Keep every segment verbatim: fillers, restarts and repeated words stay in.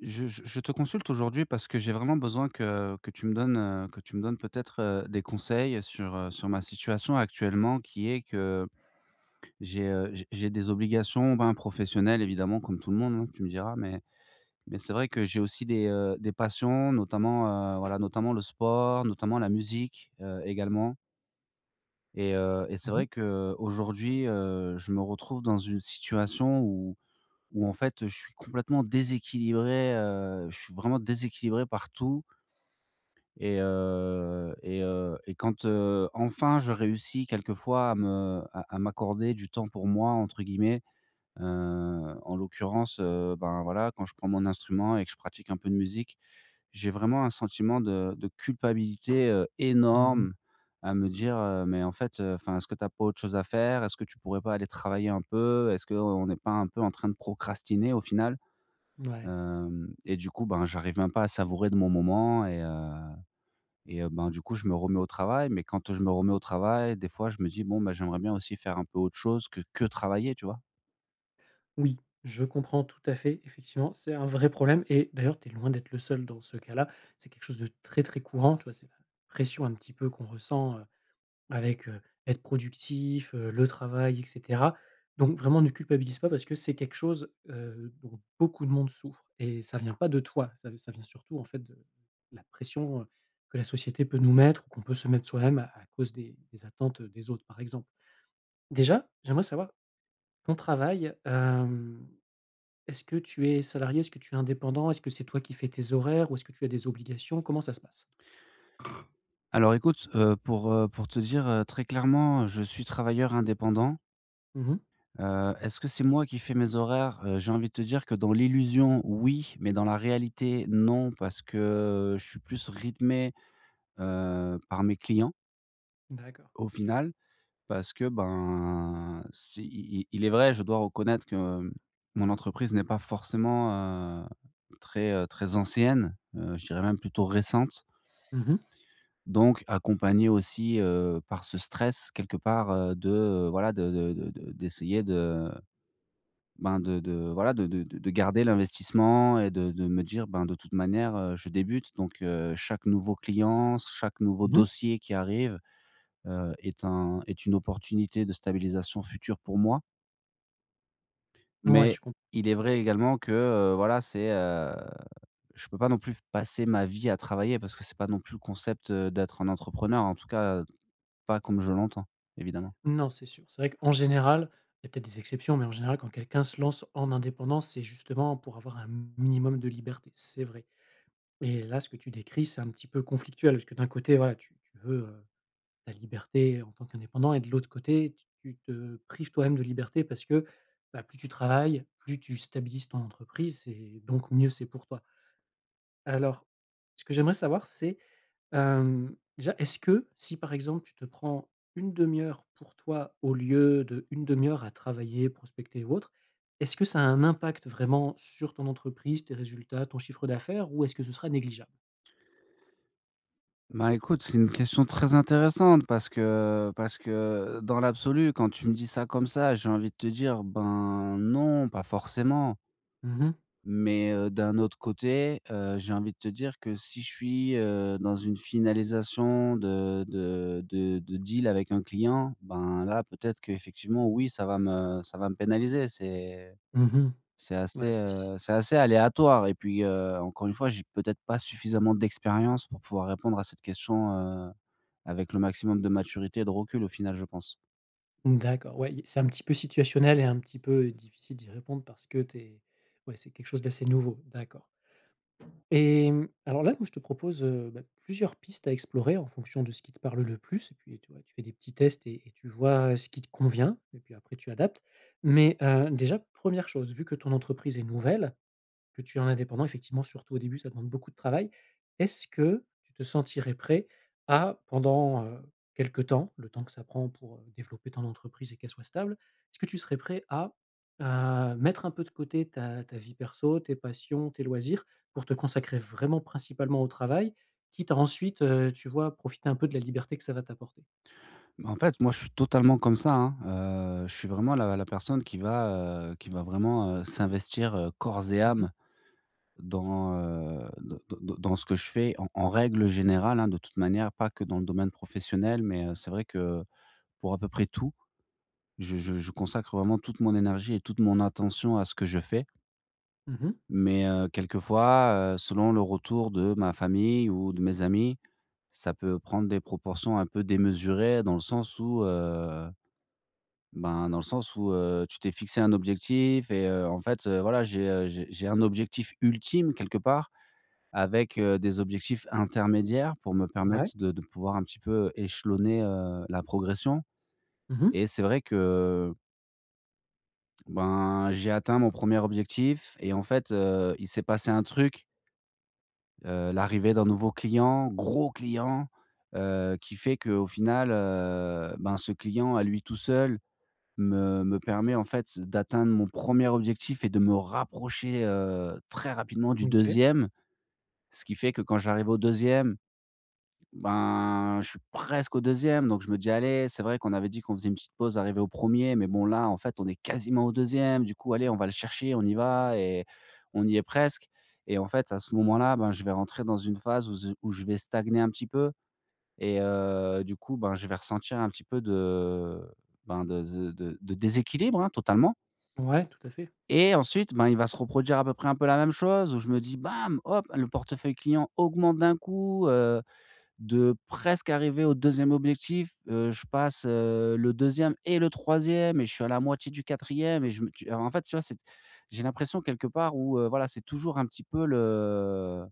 Je je je te consulte aujourd'hui parce que j'ai vraiment besoin que que tu me donnes, heu, que tu me donnes peut-être, heu, des conseils sur, heu, sur ma situation actuellement qui est que j'ai, heu, j'ai j'ai des obligations, ben, professionnelles évidemment comme tout le monde, hein, tu me diras, mais mais c'est vrai que j'ai aussi des, heu, des passions notamment, heu, voilà, notamment le sport, notamment la musique, heu, également. Et heu et c'est Mmh mh. vrai qu'aujourd'hui, heu, je me retrouve dans une situation où où en fait, je suis complètement déséquilibré, heu, je suis vraiment déséquilibré partout. et heu et heu et quand, heu, enfin je réussis quelquefois à me à à m'accorder «du temps pour moi» entre guillemets, heu, en l'occurrence, heu, ben, voilà, quand je prends mon instrument et que je pratique un peu de musique, j'ai vraiment un sentiment de de culpabilité, heu, Mmh. énorme, à me dire, heu: «Mais en fait, enfin, est-ce que t'as pas autre chose à faire? Est-ce que tu pourrais pas aller travailler un peu? Est-ce qu'on n'est pas un peu en train de procrastiner au final?» Ouais. Hem Et du coup, ben, j'arrive même pas à savourer de mon moment et heu et heu, ben, du coup, je me remets au travail. Mais quand je me remets au travail, des fois, je me dis: «Bon, ben, j'aimerais bien aussi faire un peu autre chose que que travailler», tu vois? Oui, je comprends tout à fait. Effectivement, c'est un vrai problème et d'ailleurs, tu es loin d'être le seul dans ce cas-là. C'est quelque chose de très, très courant, tu vois? C'est la pression un petit peu qu'on ressent, heu, avec, heu, être productif, heu, le travail et cetera. Donc vraiment, ne culpabilise pas parce que c'est quelque chose, heu, dont beaucoup de monde souffre et ça vient pas de toi. Ça ça vient surtout, en fait, de la pression, heu, que la société peut nous mettre ou qu'on peut se mettre soi-même à à cause des des attentes, des autres, par exemple. Déjà, j'aimerais savoir ton travail, hem, est-ce que tu es salarié? Est-ce que tu es indépendant? Est-ce que c'est toi qui fais tes horaires ou est-ce que tu as des obligations? Comment ça se passe? Alors écoute, heu, pour, heu, pour te dire, heu, très clairement, je suis travailleur indépendant. Mmh. Heu, est-ce que c'est moi qui fais mes horaires? Heu, j'ai envie de te dire que dans l'illusion, oui, mais dans la réalité, non, parce que je suis plus rythmé, heu, par mes clients, D'accord. au final. Parce que, ben, c'est i i il est vrai, je dois reconnaître que mon entreprise n'est pas forcément, heu, très, heu, très ancienne, heu, je dirais même plutôt récente. Mmh mh. Donc accompagné aussi, heu, par ce stress quelque part, heu, de, heu, voilà, de de de de d'essayer de ben, de de voilà, de de de de garder l'investissement et de de me dire: «Ben, de toute manière, heu, je débute donc heu, chaque nouveau client, chaque nouveau Mmh. dossier qui arrive, heu, est un est une opportunité de stabilisation future pour moi». Ouais, Mais je comprends. il est vrai également que, heu, voilà, c'est, heu, je peux pas non plus passer ma vie à travailler parce que c'est pas non plus le concept, heu, d'être un entrepreneur, en tout cas, pas comme je l'entends, évidemment. Non, c'est sûr. C'est vrai qu'en général, il y a peut-être des exceptions, mais en général, quand quelqu'un se lance en indépendance, c'est justement pour avoir un minimum de liberté, c'est vrai. Et là, ce que tu décris, c'est un petit peu conflictuel parce que d'un côté, voilà, tu tu veux, heu ta liberté en tant qu'indépendant et de l'autre côté, tu tu te prives toi-même de liberté parce que, bah, plus tu travailles, plus tu stabilises ton entreprise et donc mieux c'est pour toi. Alors, ce que j'aimerais savoir, c'est, hem, déjà, est-ce que si, par exemple, tu te prends une demi heure pour toi au lieu de une demi-heure à travailler, prospecter ou autre, est-ce que ça a un impact vraiment sur ton entreprise, tes résultats, ton chiffre d'affaires ou est-ce que ce sera négligeable? Bah, écoute, c'est une question très intéressante parce que parce que dans l'absolu, quand tu me dis ça comme ça, j'ai envie de te dire: «Ben, non, pas forcément». Mmh mh. Mais, heu, d'un autre côté, heu, j'ai envie de te dire que si je suis, heu, dans une finalisation de de de de deal avec un client, ben, là, peut-être que effectivement oui, ça va me ça va me pénaliser. C'est Mmh. c'est assez, Ouais, c'est si heu, c'est assez aléatoire et puis, heu, encore une fois, j'ai peut-être pas suffisamment d'expérience pour pouvoir répondre à cette question, heu, avec le maximum de maturité et de recul au final, je pense. d'accord, ouais, i c'est un petit peu situationnel et un petit peu difficile d'y répondre parce que t'es, ouais, c'est quelque chose d'assez nouveau, d'accord. Et mmh, alors là, moi, je te propose, heu, bah, plusieurs pistes à explorer en fonction de ce qui te parle le plus et puis, tu vois, tu fais des petits tests et et tu vois, ce qui te convient et puis après tu adaptes. Mais, heu, déjà première chose, vu que ton entreprise est nouvelle, que tu es en indépendant, effectivement, surtout au début, ça demande beaucoup de travail. Est-ce que tu te sentirais prêt à, pendant, heu, quelque temps, le temps que ça prend pour, heu, développer ton entreprise et qu'elle soit stable, est-ce que tu serais prêt à, heu, mettre un peu de côté ta ta vie perso, tes passions, tes loisirs, pour te consacrer vraiment principalement au travail, quitte à ensuite, heu, tu vois, profiter un peu de la liberté que ça va t'apporter? En fait, moi, je suis totalement comme ça, hein, heu, je suis vraiment la la personne qui va, heu, qui va vraiment, heu, s'investir, heu, corps et Mmh mh. âme dans, heu, d d dans ce que je fais en en règle générale, hein, de toute manière, pas que dans le domaine professionnel, mais, heu, c'est vrai que pour à peu près tout, je je je consacre vraiment toute mon énergie et toute mon attention à ce que je fais. Mmh. Mais heu, quelquefois, heu, selon le retour de ma famille ou de mes amis, ça peut prendre des proportions un peu démesurées dans le sens où, heu, ben, dans le sens où, heu, tu t'es fixé un objectif et heu, en fait, heu, voilà, j'ai, heu, j'ai j'ai un objectif ultime quelque part avec, heu, des objectifs intermédiaires pour me permettre Ouais. de de pouvoir un petit peu échelonner, heu, la progression. Mmh. Et c'est vrai que, ben, j'ai atteint mon premier objectif et en fait, heu, il s'est passé un truc. Heu, l'arrivée d'un nouveau client, gros client, heu, qui fait qu'au final, heu, ben, ce client à lui tout seul me me permet en fait d'atteindre mon premier objectif et de me rapprocher, heu, très rapidement du OK. deuxième. Ce qui fait que quand j'arrive au deuxième, ben, je suis presque au deuxième, donc je me dis: «Allez, c'est vrai qu'on avait dit qu'on faisait une petite pause arrivé au premier, mais bon là, en fait, on est quasiment au deuxième. Du coup, allez, on va le chercher, on y va» et on y est presque. Et en fait, à ce moment-là, ben, je vais rentrer dans une phase où ze où je vais stagner un petit peu et heu, du coup, ben, je vais ressentir un petit peu de ben, de de de de déséquilibre, hein, totalement. Ouais, tout à fait. Et ensuite, ben, il va se reproduire à peu près un peu la même chose où je me dis: «Bam, hop, le portefeuille client augmente d'un coup, heu», de presque arriver au deuxième objectif, heu, je passe, heu, le deuxième et le troisième et je suis à la moitié du quatrième et je me tu en fait, tu vois, c'est j'ai l'impression quelque part où, heu, voilà, c'est toujours un petit peu le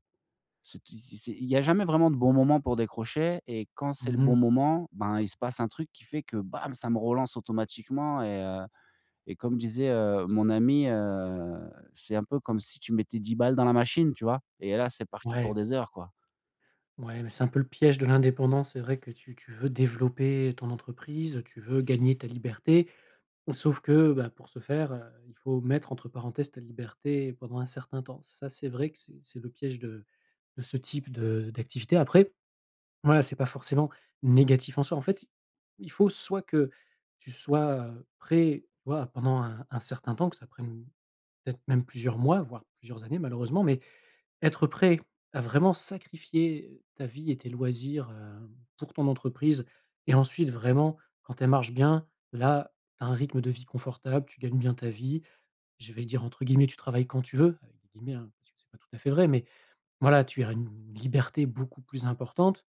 c'est c'est il y a jamais vraiment de bon moment pour décrocher, et quand c'est le bon Mmh. moment, ben, il se passe un truc qui fait que bam, ça me relance automatiquement. Et heu et comme disait, heu, mon ami, heu, c'est un peu comme si tu mettais dix balles dans la machine, tu vois? Et là, c'est parti pour Ouais. des heures, quoi. Ouais, mais c'est un peu le piège de l'indépendance. C'est vrai que tu tu veux développer ton entreprise, tu veux gagner ta liberté, sauf que, bah, pour ce faire, heu, il faut mettre entre parenthèses ta liberté pendant un certain temps. Ça, c'est vrai que c'est c'est le piège de de ce type de d'activité. Après, voilà, c'est pas forcément négatif en soi. En fait, il faut soit que tu sois, heu, prêt, tu vois, pendant un un certain temps, que ça prenne peut-être même plusieurs mois, voire plusieurs années malheureusement, mais être prêt à vraiment sacrifier ta vie et tes loisirs, heu, pour ton entreprise et ensuite vraiment quand elle marche bien, là, tu as un rythme de vie confortable, tu gagnes bien ta vie. Je vais dire entre guillemets «tu travailles quand tu veux», avec des guillemets, hein, parce que c'est pas tout à fait vrai, mais voilà, tu as une liberté beaucoup plus importante.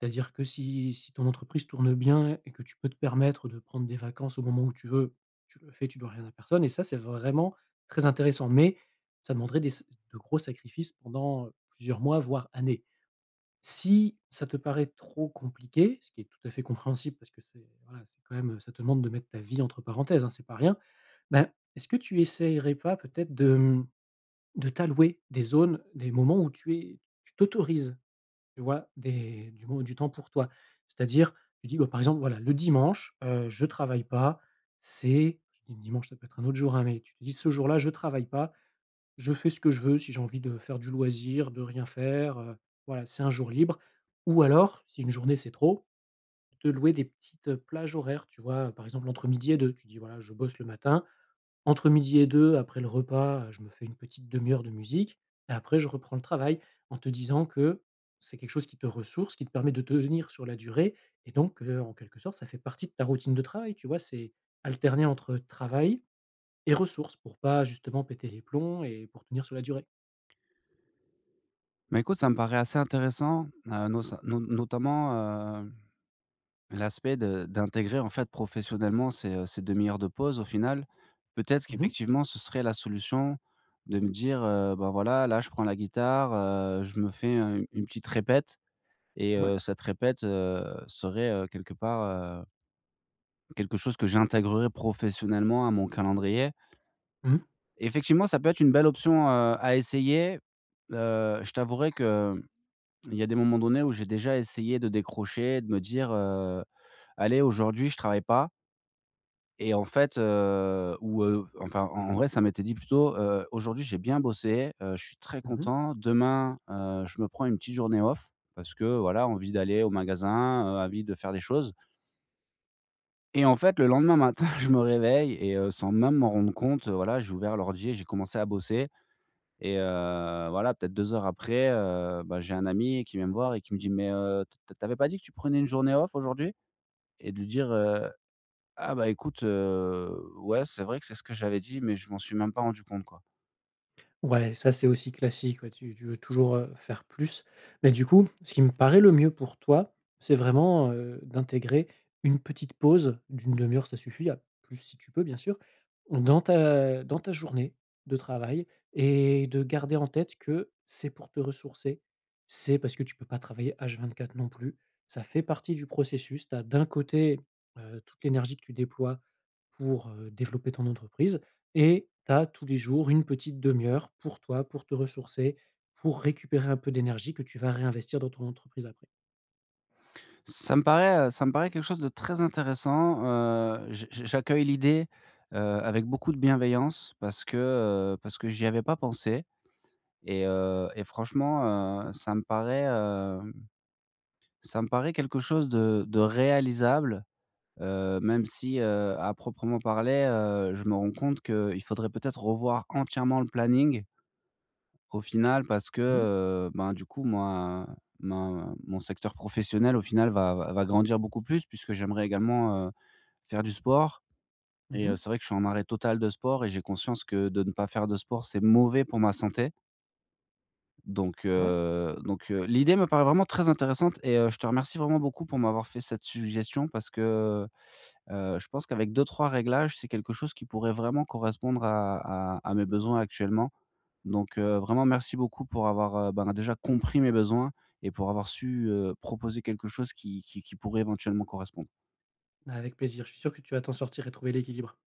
C'est-à-dire que si si ton entreprise tourne bien et que tu peux te permettre de prendre des vacances au moment où tu veux, tu le fais, tu dois rien à personne et ça, c'est vraiment très intéressant, mais ça demanderait des de gros sacrifices pendant, plusieurs mois, voire années. Si ça te paraît trop compliqué, ce qui est tout à fait compréhensible parce que c'est voilà, c'est quand même, ça te demande de mettre ta vie entre parenthèses, hein, c'est pas rien. Ben, est-ce que tu essayerais pas peut-être de, mmh, de t'allouer des zones, des moments où tu es tu t'autorises, tu vois? Des du mo du temps pour toi. C'est-à-dire, tu dis, bah, par exemple, voilà, le dimanche, heu, je travaille pas, c'est je dis dimanche, ça peut être un autre jour, hein, mais tu te dis: «Ce jour-là, je travaille pas, je fais ce que je veux, si j'ai envie de faire du loisir, de rien faire, heu, voilà, c'est un jour libre». Ou alors, si une journée, c'est trop, te louer des petites, plages horaires, tu vois? Par exemple, entre midi et deux tu dis: «Voilà, je bosse le matin, entre midi et deux, après le repas, je me fais une petite demi heure de musique et après je reprends le travail en te disant que c'est quelque chose qui te ressource, qui te permet de tenir sur la durée et donc heu, en quelque sorte, ça fait partie de ta routine de travail, tu vois? C'est alterner entre travail et ressources pour pas justement péter les plombs et pour tenir sur la durée». Bah, écoute, ça me paraît assez intéressant, heu, nos so, no notamment, heu, l'aspect de d'intégrer, en fait, professionnellement ces, heu, ces une heure heures de pause au final. Peut-être Mmh. qu'effectivement ce serait la solution de me dire, heu: «Ben, voilà, là je prends la guitare, heu, je me fais, heu, une petite répète» et Ouais. heu, cette répète, heu, serait, heu, quelque part, heu, quelque chose que j'intégrerais professionnellement à mon calendrier. Mmh mh. Effectivement, ça peut être une belle option, heu, à essayer. Heu, je t'avouerai que Il y a des moments donnés où j'ai déjà essayé de décrocher, de me dire, heu: «Allez, aujourd'hui, je travaille pas», et en fait, heu, ou, heu, enfin, en en vrai, ça m'était dit plutôt, heu: «Aujourd'hui, j'ai bien bossé, heu, je suis très Mmh. content. Demain, heu, je me prends une petite journée off parce que, voilà, envie d'aller au magasin, heu, envie de faire des choses». Et en fait, le lendemain matin, je me réveille et heu, sans même m'en rendre compte, heu, voilà, j'ai ouvert l'ordi et j'ai commencé à bosser. Et heu, voilà, peut-être deux heures après, heu, bah, j'ai un ami qui vient me voir et qui me dit: «Mais, heu, t t tu pas dit que tu prenais une journée off aujourd'hui?» et de lui dire, heu: «Ah bah, écoute, heu, ouais, c'est vrai que c'est ce que j'avais dit, mais je m'en suis même pas rendu compte, quoi». Ouais, ça c'est aussi classique, ouais, tu tu veux toujours, heu, faire plus. Mais du coup, ce qui me paraît le mieux pour toi, c'est vraiment, heu, d'intégrer une petite pause d'une demi heure, ça suffit, à plus si tu peux bien sûr, dans ta dans ta journée de travail et de garder en tête que c'est pour te ressourcer. C'est parce que tu peux pas travailler hache vingt-quatre non plus. Ça fait partie du processus. Tu as d'un côté, heu, toute l'énergie que tu déploies pour, heu, développer ton entreprise et tu as tous les jours une petite demi heure pour toi, pour te ressourcer, pour récupérer un peu d'énergie que tu vas réinvestir dans ton entreprise après. Ça me paraît, heu, ça me paraît quelque chose de très intéressant, heu, j' j' j'accueille l'idée, heu, avec beaucoup de bienveillance parce que, heu, parce que j'y avais pas pensé. Et heu et franchement, heu, ça me paraît, hem, ça me paraît quelque chose de de réalisable, heu, même si, heu, à proprement parler, heu, je me rends compte qu'il faudrait peut-être revoir entièrement le planning au final parce que, Mmh mh. heu, ben, du coup, moi, ma mon secteur professionnel, au final, va va va grandir beaucoup plus puisque j'aimerais également, heu, faire du sport. Et Mmh. heu, c'est vrai que je suis en arrêt total de sport et j'ai conscience que de ne pas faire de sport, c'est mauvais pour ma santé donc Ouais, heu donc heu, l'idée me paraît vraiment très intéressante. Et heu, je te remercie vraiment beaucoup pour m'avoir fait cette suggestion parce que Heu, je pense qu'avec deux trois réglages, c'est quelque chose qui pourrait vraiment correspondre à à à mes besoins actuellement. Donc, heu, vraiment merci beaucoup pour avoir, heu, ben, déjà compris mes besoins et pour avoir su, heu, proposer quelque chose qui qui qui pourrait éventuellement correspondre. avec plaisir. Je suis sûr que tu vas t'en sortir et trouver l'équilibre.